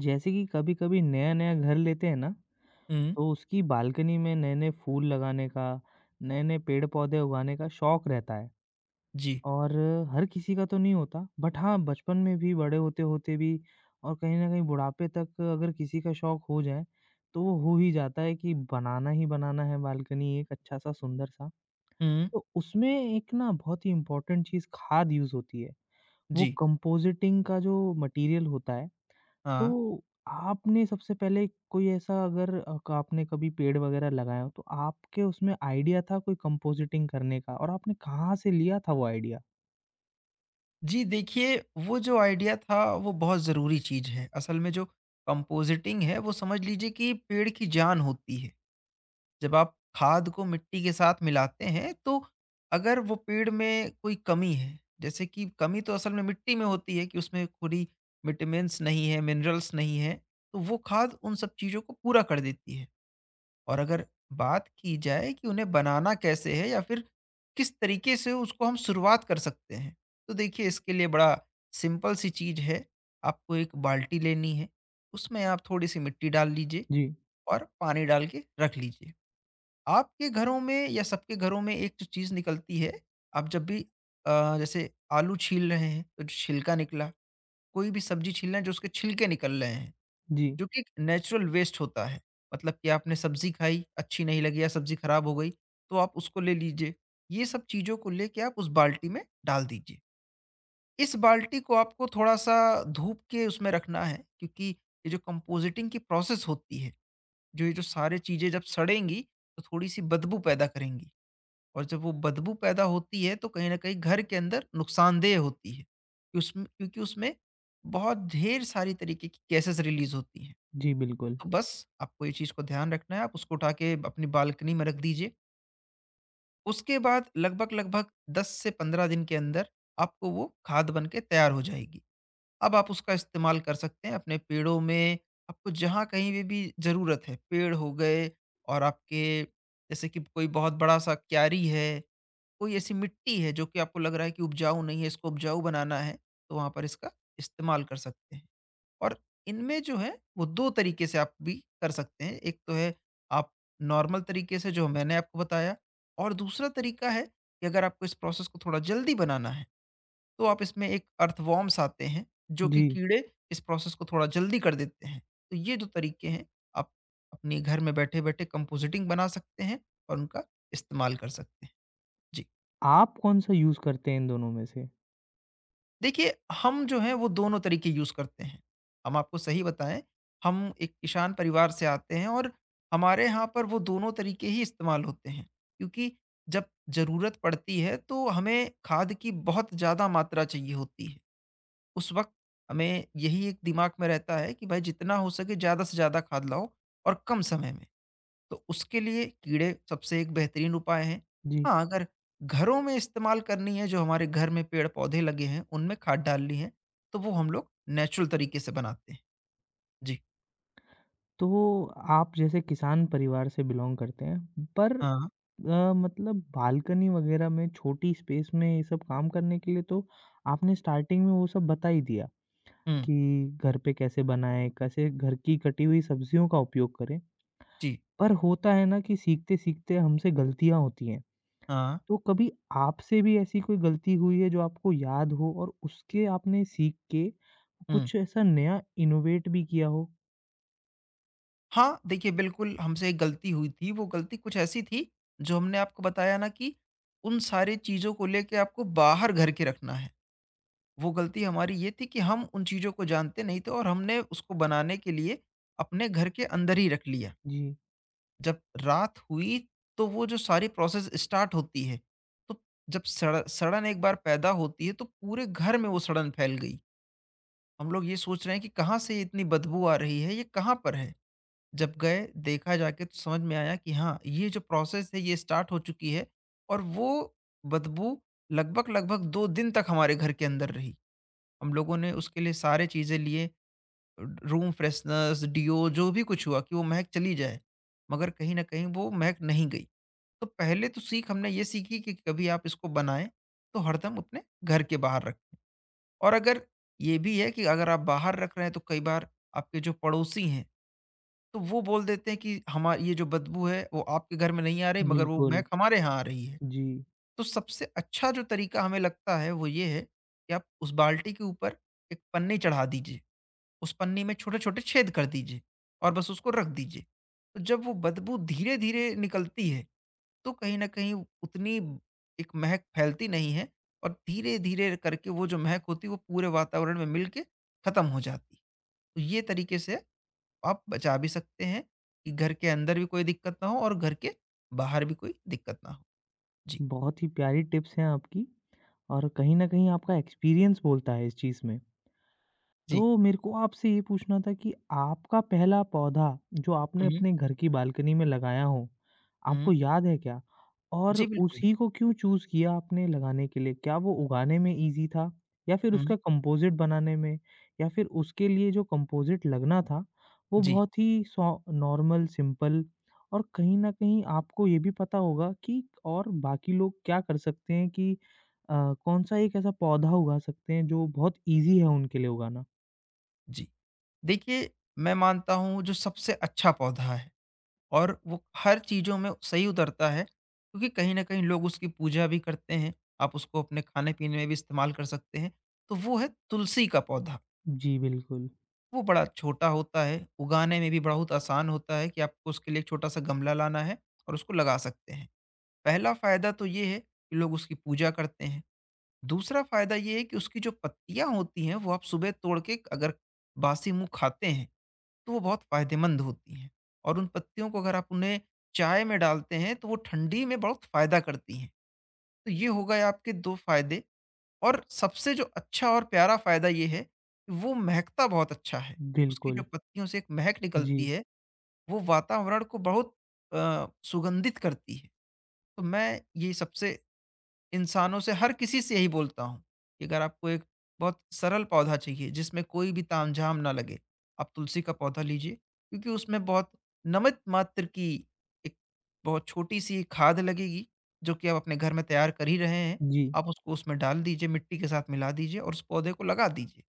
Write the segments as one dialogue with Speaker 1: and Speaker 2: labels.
Speaker 1: जैसे कि कभी-कभी नया-नया घर लेते हैं ना,
Speaker 2: हुँ।
Speaker 1: तो उसकी बालकनी में नए-नए फूल लगाने का, नए-नए पेड़-पौधे उगाने का शौक रहता है।
Speaker 2: जी।
Speaker 1: और हर किसी का तो नहीं होता, बट हाँ, बचपन में भी, बड़े होते-होते भी। और कहीं न कहीं बुढ़ापे तक अगर किसी का शौक हो जाए, तो वो हो ही जाता है कि बनाना ही बनाना है बालकनी एक अच्छा-सा, सुंदर-सा।
Speaker 2: हुँ।
Speaker 1: तो उसमें एक ना बहुत ही इम्पोर्टेंट चीज़ खाद यूज़ होती है। वो
Speaker 2: जी।
Speaker 1: कंपोजिटिंग का जो मटीरियल होता है,
Speaker 2: हाँ।
Speaker 1: तो आपने सबसे पहले कोई ऐसा, अगर अ, क आपने कभी पेड़ वगैरह लगाया हो, तो आपके उसमें आइडिया था कोई कंपोजिटिंग करने का, और आपने कहाँ से लिया था वो आइडिया?
Speaker 2: जी, देखिए वो जो आइडिया था वो बहुत ज़रूरी चीज़ है। असल में जो कंपोज़िटिंग है वो समझ लीजिए कि पेड़ की जान होती है। जब आप खाद को मिट्टी के साथ मिलाते हैं तो अगर वो पेड़ में कोई कमी है, जैसे कि कमी तो असल में मिट्टी में होती है कि उसमें पूरी विटामिन्स नहीं है, मिनरल्स नहीं है, तो वो खाद उन सब चीज़ों को पूरा कर देती है। और अगर बात की जाए कि उन्हें बनाना कैसे है या फिर किस तरीके से उसको हम शुरुआत कर सकते हैं, तो देखिए इसके लिए बड़ा सिंपल सी चीज़ है। आपको एक बाल्टी लेनी है, उसमें आप थोड़ी-सी मिट्टी डाल लीजिए
Speaker 1: जी,
Speaker 2: और पानी डाल के रख लीजिए। आपके घरों में या सबके घरों में एक जो चीज़ निकलती है, आप जब भी जैसे आलू छील रहे हैं, तो जो छिलका निकला, कोई भी सब्ज़ी छील रहे हैं, जो उसके छिलके निकल रहे हैं।
Speaker 1: जी,
Speaker 2: जो कि एक नेचुरल वेस्ट होता है। मतलब कि आपने सब्ज़ी खाई, अच्छी नहीं लगी या सब्ज़ी खराब हो गई, तो आप उसको ले लीजिए। ये सब चीज़ों को लेके आप उस बाल्टी में डाल दीजिए। इस बाल्टी को आपको थोड़ा-सा धूप के उसमें रखना है, क्योंकि ये जो कंपोज़िटिंग की प्रोसेस होती है, जो ये जो सारी चीज़ें जब सड़ेंगी, तो थोड़ी-सी बदबू पैदा करेंगी। और जब वो बदबू पैदा होती है, तो कहीं न कहीं घर के अंदर नुकसानदेह होती है। कि उसमें, क्योंकि उसमें बहुत ढेर सारी तरीके की गैसेज़ रिलीज़ होती हैं।
Speaker 1: जी, बिल्कुल।
Speaker 2: तो बस आपको ये चीज़ को ध्यान रखना है, आप उसको उठा के अपनी बालकनी में रख दीजिए। उसके बाद लगभग-लगभग 10 से 15 दिन के अंदर आपको वो खाद बन के तैयार हो जाएगी। अब आप उसका इस्तेमाल कर सकते हैं अपने पेड़ों में, आपको जहाँ कहीं पे भी ज़रूरत है, पेड़ हो गए, और आपके जैसे कि कोई बहुत बड़ा-सा क्यारी है, कोई ऐसी मिट्टी है जो कि आपको लग रहा है कि उपजाऊ नहीं है, इसको उपजाऊ बनाना है, तो वहाँ पर इसका इस्तेमाल कर सकते हैं। और इनमें जो है वो 2 तरीके से आप भी कर सकते हैं। एक तो है आप नॉर्मल तरीके से जो मैंने आपको बताया, और दूसरा तरीका है कि अगर आपको इस प्रोसेस को थोड़ा जल्दी बनाना है, तो आप इसमें एक अर्थवॉर्म्स आते हैं, जो कि
Speaker 1: जी,
Speaker 2: कीड़े इस प्रोसेस को थोड़ा जल्दी कर देते हैं। तो ये जो तरीके हैं, आप अपने घर में बैठे-बैठे कंपोजिटिंग बना सकते हैं और उनका इस्तेमाल कर सकते हैं। जी।
Speaker 1: आप कौन-सा यूज़ करते हैं इन दोनों में से?
Speaker 2: देखिए, हम जो हैं वो दोनों तरीके यूज़ करते हैं। हम आपको सही बताएँ, हम एक किसान परिवार से आते हैं और हमारे यहाँ पर वो दोनों तरीके ही इस्तेमाल होते हैं। क्योंकि जब ज़रूरत पड़ती है तो हमें खाद की बहुत ज़्यादा मात्रा चाहिए होती है। उस वक़्त हमें यही एक दिमाग में रहता है कि भाई जितना हो सके ज़्यादा से ज़्यादा खाद लाओ और कम समय में। तो उसके लिए कीड़े सबसे एक बेहतरीन उपाय हैं।
Speaker 1: जी,
Speaker 2: हाँ, अगर घरों में इस्तेमाल करनी है, जो हमारे घर में पेड़-पौधे लगे हैं, उनमें खाद डालनी है, तो वो हम लोग नेचुरल तरीके से बनाते हैं। जी।
Speaker 1: तो आप जैसे किसान परिवार से बिलॉन्ग करते हैं, पर
Speaker 2: हाँ।
Speaker 1: मतलब बालकनी वगैरह में छोटी स्पेस में ये सब काम करने के लिए तो आपने स्टार्टिंग में वो सब बता ही दिया।
Speaker 2: हुँ।
Speaker 1: कि घर पे कैसे बनाएँ, कैसे घर की कटी हुई सब्जियों का उपयोग करें।
Speaker 2: जी।
Speaker 1: पर होता है ना कि सीखते-सीखते हमसे गलतियाँ होती हैं।
Speaker 2: हाँ।
Speaker 1: तो कभी आपसे भी ऐसी कोई गलती हुई है जो आपको याद हो और उसके आपने सीख के
Speaker 2: हुँ।
Speaker 1: कुछ ऐसा नया इनोवेट भी किया हो?
Speaker 2: हाँ, देखिए, बिल्कुल हमसे एक गलती हुई थी, वो गलती कुछ ऐसी थी। जो हमने आपको बताया ना कि उन सारी चीज़ों को लेके आपको बाहर घर के रखना है। वो गलती हमारी ये थी कि हम उन चीज़ों को जानते नहीं थे और हमने उसको बनाने के लिए अपने घर के अंदर ही रख लिया।
Speaker 1: जी,
Speaker 2: जब रात हुई तो वो जो सारी प्रोसेस स्टार्ट होती है, तो जब सड़न एक बार पैदा होती है तो पूरे घर में वो सड़न फैल गई। हम लोग ये सोच रहे हैं कि कहाँ से ये इतनी बदबू आ रही है, ये कहाँ पर है? जब गए, देखा जाके, तो समझ में आया कि हाँ, ये जो प्रोसेस है ये स्टार्ट हो चुकी है, और वो बदबू लगभग-लगभग 2 दिन तक हमारे घर के अंदर रही। हम लोगों ने उसके लिए सारे चीज़ें लिए, र रूम फ्रेशनर्स, डीओ, जो भी कुछ हुआ कि वो महक चली जाए, मगर कहीं न कहीं वो महक नहीं गई। तो पहले तो सीख हमने ये सीखी कि कभी आप इसको बनाएँ, तो हरदम अपने घर के बाहर रखें। और अगर ये भी है कि अगर आप बाहर रख रहे हैं, तो कई बार आपके जो पड़ोसी हैं, तो वो बोल देते हैं कि हमा ये जो बदबू है, वो आपके घर में नहीं आ रही, मगर वो
Speaker 1: बिल्कुल।
Speaker 2: महक हमारे यहाँ आ रही है।
Speaker 1: जी,
Speaker 2: तो सबसे अच्छा जो तरीका हमें लगता है, वो ये है कि आप उस बाल्टी के ऊपर एक पन्नी चढ़ा दीजिए। उस पन्नी में छोटे-छोटे छेद कर दीजिए और बस उसको रख दीजिए। तो जब वो बदबू धीरे-धीरे निकलती है, तो कहीं न कहीं उतनी एक महक फैलती नहीं है, और धीरे-धीरे करके वो जो महक होती है वो पूरे वातावरण में मिल के खत्म हो जाती है। तो ये तरीके से आप बचा भी सकते हैं कि घर के अंदर भी कोई दिक्कत ना हो और घर के बाहर भी कोई दिक्कत ना हो। जी।
Speaker 1: बहुत ही प्यारी टिप्स हैं आपकी और कहीं न कहीं आपका एक्सपीरियंस बोलता है इस चीज़ में।
Speaker 2: जी।
Speaker 1: तो मेरे को आपसे ये पूछना था कि आपका पहला पौधा जो आपने
Speaker 2: हुँ।
Speaker 1: अपने घर की बालकनी में लगाया हो, आपको
Speaker 2: हुँ।
Speaker 1: याद है क्या? और
Speaker 2: जी, बिल्कुल।
Speaker 1: उसी को क्यों चूज़ किया आपने लगाने के लिए? क्या वो उगाने में ईज़ी था? या फिर
Speaker 2: हुँ।
Speaker 1: उसका कंपोज़िट बनाने में? या फिर उसके लिए जो कंपोज़िट लगना था, वो
Speaker 2: जी।
Speaker 1: बहुत ही सौ नॉर्मल, सिंपल, और कहीं न कहीं आपको ये भी पता होगा कि और बाकी लोग क्या कर सकते हैं कि कौन-सा एक ऐसा पौधा उगा सकते हैं जो बहुत ईज़ी है उनके लिए उगाना?
Speaker 2: जी। देखिए, मैं मानता हूँ, जो सबसे अच्छा पौधा है और वो हर चीज़ों में सही उतरता है, क्योंकि कहीं न कहीं लोग उसकी पूजा भी करते हैं। आप उसको अपने खाने-पीने में भी इस्तेमाल कर सकते हैं। तो वो है तुलसी का पौधा।
Speaker 1: जी, बिल्कुल।
Speaker 2: वो बड़ा छोटा होता है, उगाने में भी बहुत आसान होता है कि आपको उसके लिए एक छोटा-सा गमला लाना है और उसको लगा सकते हैं। पहला फ़ायदा तो ये है कि लोग उसकी पूजा करते हैं। दूसरा फ़ायदा ये है कि उसकी जो पत्तियाँ होती हैं वो आप सुबह तोड़ के अगर बासी मुँह खाते हैं, तो वो बहुत फ़ायदेमंद होती हैं, और उन पत्तियों को अगर आप उन्हें चाय में डालते हैं तो वो ठंडी में बहुत फ़ायदा करती हैं। तो ये हो गए आपके 2 फ़ायदे, और सबसे जो अच्छा और प्यारा फ़ायदा ये है, कि वो महकता बहुत अच्छा है। उसकी जो
Speaker 1: बिल्कुल।
Speaker 2: पत्तियों से एक महक निकलती
Speaker 1: जी,
Speaker 2: है, वो वातावरण को बहुत सुगंधित करती है। तो मैं ये सबसे इंसानों से, हर किसी से यही बोलता हूँ कि अगर आपको एक बहुत सरल पौधा चाहिए जिसमें कोई भी तामझाम ना लगे, आप तुलसी का पौधा लीजिए, क्योंकि उसमें बहुत नमित मात्र की एक बहुत छोटी सी खाद लगेगी, जो कि आप अपने घर में तैयार कर ही रहे हैं।
Speaker 1: जी।
Speaker 2: आप उसको उसमें डाल दीजिए, मिट्टी के साथ मिला दीजिए और उस पौधे को लगा दीजिए।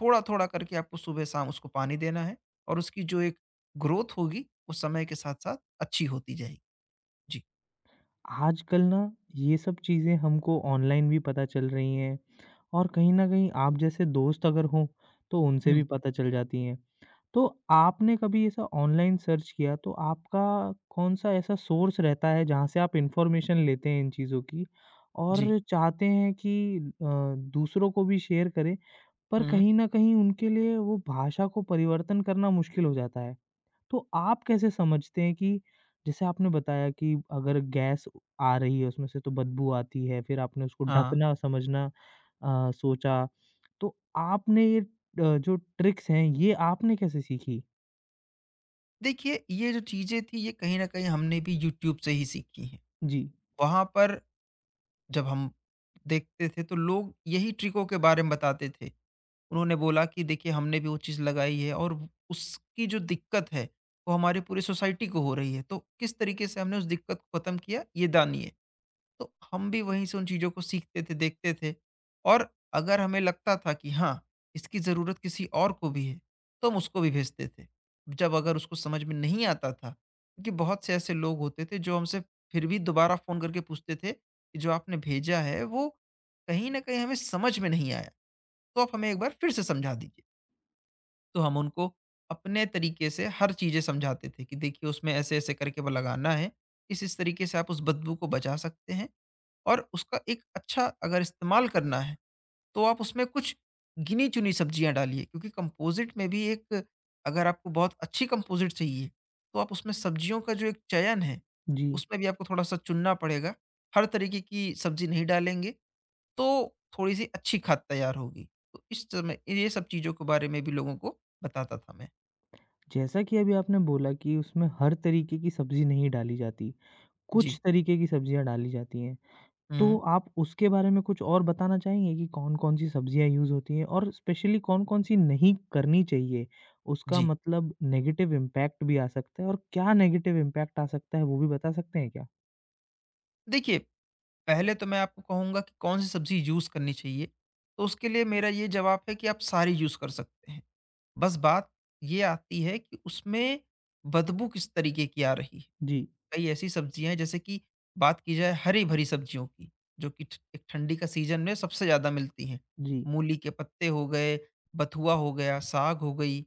Speaker 2: थोड़ा थोड़ा करके आपको सुबह शाम उसको पानी देना है, और उसकी जो एक ग्रोथ होगी वो समय के साथ साथ अच्छी होती जाएगी। जी।
Speaker 1: आजकल ना ये सब चीज़ें हमको ऑनलाइन भी पता चल रही हैं, और कहीं न कहीं आप जैसे दोस्त अगर हों, तो उनसे
Speaker 2: हम्म।
Speaker 1: भी पता चल जाती हैं। तो आपने कभी ऐसा ऑनलाइन सर्च किया, तो आपका कौन-सा ऐसा सोर्स रहता है जहाँ से आप इन्फॉर्मेशन लेते हैं इन चीज़ों की,
Speaker 2: जी।
Speaker 1: और चाहते हैं कि दूसरों को भी शेयर करें, पर
Speaker 2: हम्म।
Speaker 1: कहीं न कहीं उनके लिए वो भाषा को परिवर्तन करना मुश्किल हो जाता है? तो आप कैसे समझते हैं कि जैसे आपने बताया कि अगर गैस आ रही है उसमें से तो बदबू आती है, फिर आपने उसको
Speaker 2: हाँ।
Speaker 1: ढकना समझना सोचा। तो आपने ये जो ट्रिक्स हैं ये आपने कैसे सीखी?
Speaker 2: देखिए, ये जो चीज़ें थी, ये कहीं न कहीं हमने भी यूट्यूब से ही सीखी हैं।
Speaker 1: जी,
Speaker 2: वहाँ पर जब हम देखते थे तो लोग यही ट्रिकों के बारे में बताते थे। उन्होंने बोला कि देखिए, हमने भी वो चीज़ लगाई है और उसकी जो दिक्कत है वो हमारी पूरी सोसाइटी को हो रही है। तो किस तरीके से हमने उस दिक्कत को खत्म किया, ये दानिए। तो हम भी वहीं से उन चीज़ों को सीखते थे, देखते थे, और अगर हमें लगता था कि हाँ, इसकी ज़रूरत किसी और को भी है, तो हम उसको भी भेजते थे। जब अगर उसको समझ में नहीं आता था, क्योंकि बहुत से ऐसे लोग होते थे जो हमसे फिर भी दोबारा फ़ोन करके पूछते थे कि जो आपने भेजा है वो कहीं न कहीं हमें समझ में नहीं आया, तो आप हमें एक बार फिर से समझा दीजिए। तो हम उनको अपने तरीके से हर चीज़ें समझाते थे कि देखिए उसमें ऐसे-ऐसे करके वो लगाना है, इस-इस तरीके से आप उस बदबू को बचा सकते हैं। और उसका एक अच्छा अगर इस्तेमाल करना है, तो आप उसमें कुछ गिनी-चुनी सब्जियाँ डालिए, क्योंकि कंपोज़िट में भी एक अगर आपको बहुत अच्छी कंपोज़िट चाहिए, तो आप उसमें सब्जियों का जो एक चयन है,
Speaker 1: जी।
Speaker 2: उसमें भी आपको थोड़ा-सा चुनना पड़ेगा। हर तरीके की सब्जी नहीं डालेंगे, तो थोड़ी-सी अच्छी खाद तैयार होगी। तो इस समय ये सब चीज़ों के बारे में भी लोगों को बताता था मैं।
Speaker 1: जैसा कि अभी आपने बोला कि उसमें हर तरीके की सब्ज़ी नहीं डाली जाती,
Speaker 2: जी।
Speaker 1: कुछ तरीके की सब्ज़ियाँ डाली जाती हैं। तो
Speaker 2: हुँ।
Speaker 1: आप उसके बारे में कुछ और बताना चाहेंगे कि कौन-कौन सी सब्जियाँ यूज़ होती हैं और स्पेशली कौन-कौन सी नहीं करनी चाहिए? उसका
Speaker 2: जी।
Speaker 1: मतलब नेगेटिव इम्पैक्ट भी आ सकता है, और क्या नेगेटिव इम्पैक्ट आ सकता है वो भी बता सकते हैं क्या?
Speaker 2: देखिए, पहले तो मैं आपको कहूँगा कि कौन-सी सब्ज़ी यूज़ करनी चाहिए, तो उसके लिए मेरा ये जवाब है कि आप सारी यूज़ कर सकते हैं। बस बात ये आती है कि उसमें बदबू किस तरीके की आ रही है।
Speaker 1: जी,
Speaker 2: कई ऐसी सब्ज़ियाँ हैं, जैसे कि बात की जाए हरी-भरी सब्ज़ियों की, जो कि ठ एक ठंडी का सीज़न में सबसे ज़्यादा मिलती हैं।
Speaker 1: जी,
Speaker 2: मूली के पत्ते हो गए, बथुआ हो गया, साग हो गई,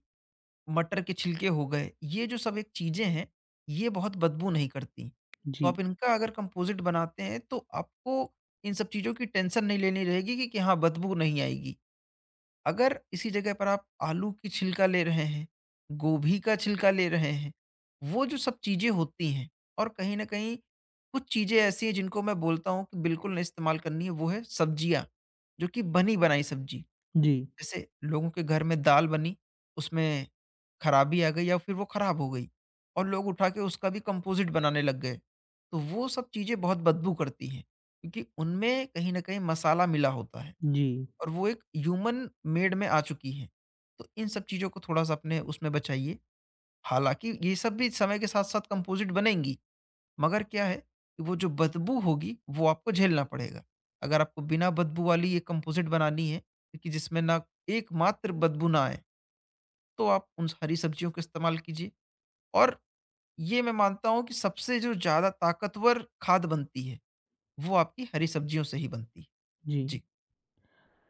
Speaker 2: मटर के छिलके हो गए, ये जो सब एक चीज़ें हैं, ये बहुत बदबू नहीं करती। तो
Speaker 1: जी,
Speaker 2: आप इनका अगर कंपोज़िट बनाते हैं तो आपको इन सब चीज़ों की टेंशन नहीं लेनी रहेगी कि हाँ, बदबू नहीं आएगी। अगर इसी जगह पर आप आलू की छिलका ले रहे हैं, गोभी का छिलका ले रहे हैं, वो जो सब चीज़ें होती हैं और कहीं न कहीं कुछ चीज़ें ऐसी हैं जिनको मैं बोलता हूँ कि बिल्कुल नहीं इस्तेमाल करनी है, वो है सब्जियाँ, जो कि बनी-बनाई सब्जी।
Speaker 1: जी,
Speaker 2: जैसे लोगों के घर में दाल बनी, उसमें खराबी आ गई या फिर वो खराब हो गई और लोग उठा के उसका भी कंपोज़िट बनाने लग गए। तो वो सब चीज़ें बहुत बदबू करती हैं क्योंकि उनमें कहीं न कहीं मसाला मिला होता है
Speaker 1: जी,
Speaker 2: और वो एक ह्यूमन मेड में आ चुकी हैं। तो इन सब चीज़ों को थोड़ा-सा अपने उसमें बचाइए। हालाँकि ये सब भी समय के साथ-साथ कंपोज़िट बनेंगी। मगर क्या है कि वो जो बदबू होगी वो आपको झेलना पड़ेगा। अगर आपको बिना बदबू वाली ये कंपोज़िट बनानी है कि जिसमें ना एकमात्र बदबू ना आए, तो आप उन हरी सब्जियों का इस्तेमाल कीजिए और ये मैं मानता हूँ कि सबसे जो ज़्यादा ताकतवर खाद बनती है, वो आपकी हरी सब्जियों से ही बनती है।
Speaker 1: जी।
Speaker 2: जी।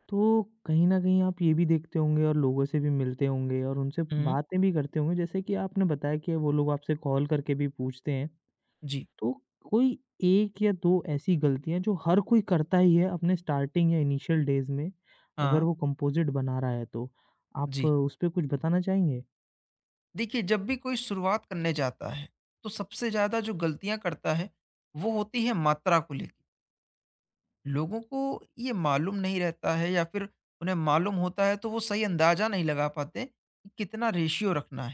Speaker 1: तो कहीं न कहीं आप ये भी देखते होंगे और लोगों से भी मिलते होंगे और उनसे
Speaker 2: हुँ।
Speaker 1: बातें भी करते होंगे, जैसे कि आपने बताया कि वो लोग आपसे कॉल करके भी पूछते हैं।
Speaker 2: जी।
Speaker 1: तो कोई 1 या 2 ऐसी गलतियाँ जो हर कोई करता ही है अपने स्टार्टिंग या इनिशियल डेज़ में, अगर
Speaker 2: हाँ,
Speaker 1: वो कंपोज़िट बना रहा है तो? आप
Speaker 2: जी।
Speaker 1: उस पे कुछ बताना चाहेंगे?
Speaker 2: देखिए जब भी कोई शुरुआत करने जाता है, तो सबसे ज़्यादा जो गलतियाँ करता है, वो होती है मात्रा को लेके। लोगों को ये मालूम नहीं रहता है या फिर उन्हें मालूम होता है तो वो सही अंदाजा नहीं लगा पाते कि कितना रेशियो रखना है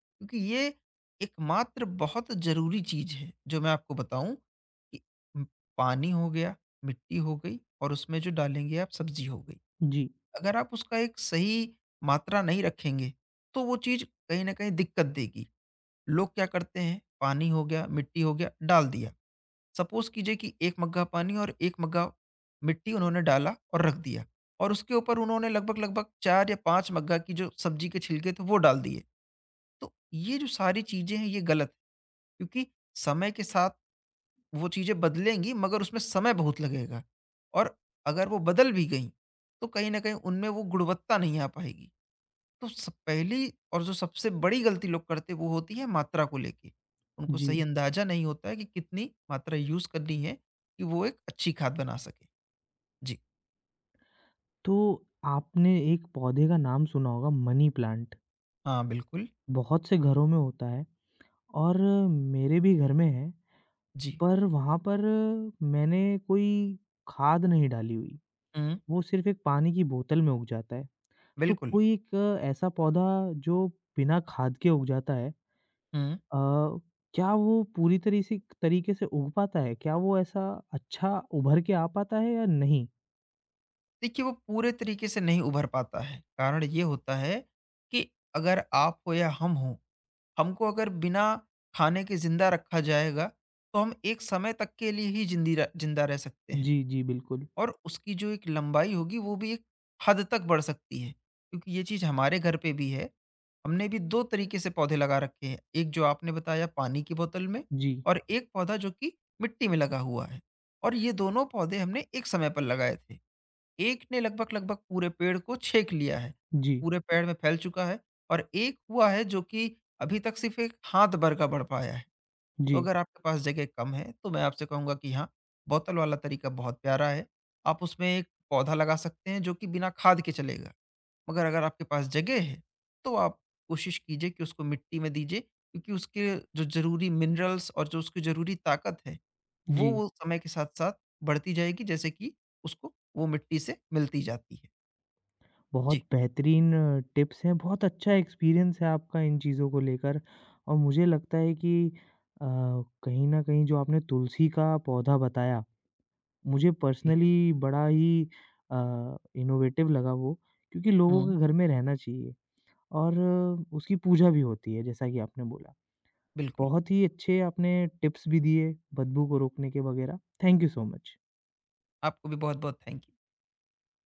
Speaker 2: क्योंकि ये एकमात्र बहुत ज़रूरी चीज़ है जो मैं आपको बताऊँ कि उम, पानी हो गया, मिट्टी हो गई और उसमें जो डालेंगे आप सब्ज़ी हो गई।
Speaker 1: जी,
Speaker 2: अगर आप उसका एक सही मात्रा नहीं रखेंगे तो वो चीज़ कहीं न कहीं दिक्कत देगी। लोग क्या करते हैं, पानी हो गया, मिट्टी हो गया, डाल दिया। सपोज कीजिए कि 1 मग्गा पानी और 1 मग्गा मिट्टी उन्होंने डाला और रख दिया और उसके ऊपर उन्होंने लगभग-लगभग 4 या 5 मग्गा की जो सब्जी के छिलके थे वो डाल दिए। तो ये जो सारी चीज़ें हैं ये गलत है क्योंकि समय के साथ वो चीज़ें बदलेंगी मगर उसमें समय बहुत लगेगा और अगर वो बदल भी गईं, तो कहीं न कहीं उनमें वो गुणवत्ता नहीं आ पाएगी। तो सब पहली और जो सबसे बड़ी गलती लोग करते हैं वो होती है मात्रा को लेके। उनको
Speaker 1: जी।
Speaker 2: सही अंदाज़ा नहीं होता है कि कितनी मात्रा यूज़ करनी है कि वो एक अच्छी खाद बना सकें। जी।
Speaker 1: तो आपने एक पौधे का नाम सुना होगा मनी प्लांट,
Speaker 2: हाँ, बिल्कुल।
Speaker 1: बहुत से घरों में होता है, और मेरे भी घर में है,
Speaker 2: जी।
Speaker 1: पर वहाँ पर मैंने कोई खाद नहीं डाली हुई,
Speaker 2: हुँ,
Speaker 1: वो सिर्फ़ एक पानी की बोतल में उग जाता है। तो
Speaker 2: बिल्कुल।
Speaker 1: कोई एक ऐसा पौधा जो बिना खाद के उग जाता है,
Speaker 2: हुँ।
Speaker 1: अ, क्या वो पूरी तरी से तरीके से उग पाता है? क्या वो ऐसा अच्छा उभर के आ पाता है या नहीं?
Speaker 2: देखिए वो पूरे तरीके से नहीं उभर पाता है। कारण ये होता है कि अगर आप हो या हम हों, हमको अगर बिना खाने के ज़िंदा रखा जाएगा तो हम एक समय तक के लिए ही जिंदी र ज़िंदा रह सकते हैं।
Speaker 1: जी, जी, बिल्कुल।
Speaker 2: और उसकी जो एक लंबाई होगी वो भी एक हद तक बढ़ सकती है क्योंकि ये चीज़ हमारे घर पे भी है। हमने भी 2 तरीके से पौधे लगा रखे हैं। एक जो आपने बताया पानी की बोतल में
Speaker 1: जी,
Speaker 2: और एक पौधा जो कि मिट्टी में लगा हुआ है और ये दोनों पौधे हमने एक समय पर लगाए थे। एक ने लगभग-लगभग पूरे पेड़ को छेक लिया है,
Speaker 1: जी,
Speaker 2: पूरे पेड़ में फैल चुका है और एक हुआ है जो कि अभी तक सिर्फ़ एक हाथ भर का बढ़ पाया है। तो
Speaker 1: जी,
Speaker 2: अगर आपके पास जगह कम है तो मैं आपसे कहूँगा कि हाँ, बोतल वाला तरीका बहुत प्यारा है। आप उसमें एक पौधा लगा सकते हैं जो कि बिना खाद के चलेगा। मगर अगर आपके पास जगह है, तो आप कोशिश कीजिए कि उसको मिट्टी में दीजिए क्योंकि उसके जो ज़रूरी मिनरल्स और जो उसकी ज़रूरी ताकत है, वो
Speaker 1: जी।
Speaker 2: वो समय के साथ-साथ बढ़ती जाएगी जैसे कि उसको वो मिट्टी से मिलती जाती है। जी।
Speaker 1: बहुत बेहतरीन टिप्स हैं, बहुत अच्छा एक्सपीरियंस है आपका इन चीज़ों को लेकर, और मुझे लगता है कि अ, कहीं न कहीं जो आपने तुलसी का पौधा बताया, मुझे
Speaker 2: जी।
Speaker 1: पर्सनली बड़ा ही अ, इनोवेटिव लगा वो, क्योंकि लोगों
Speaker 2: हुँ,
Speaker 1: के घर में रहना चाहिए, और उसकी पूजा भी होती है, जैसा कि आपने बोला।
Speaker 2: बिल्कुल।
Speaker 1: बहुत ही अच्छे आपने टिप्स भी दिए बदबू को रोकने के वगैरह। Thank you so much.
Speaker 2: आपको भी बहुत-बहुत थैंक यू।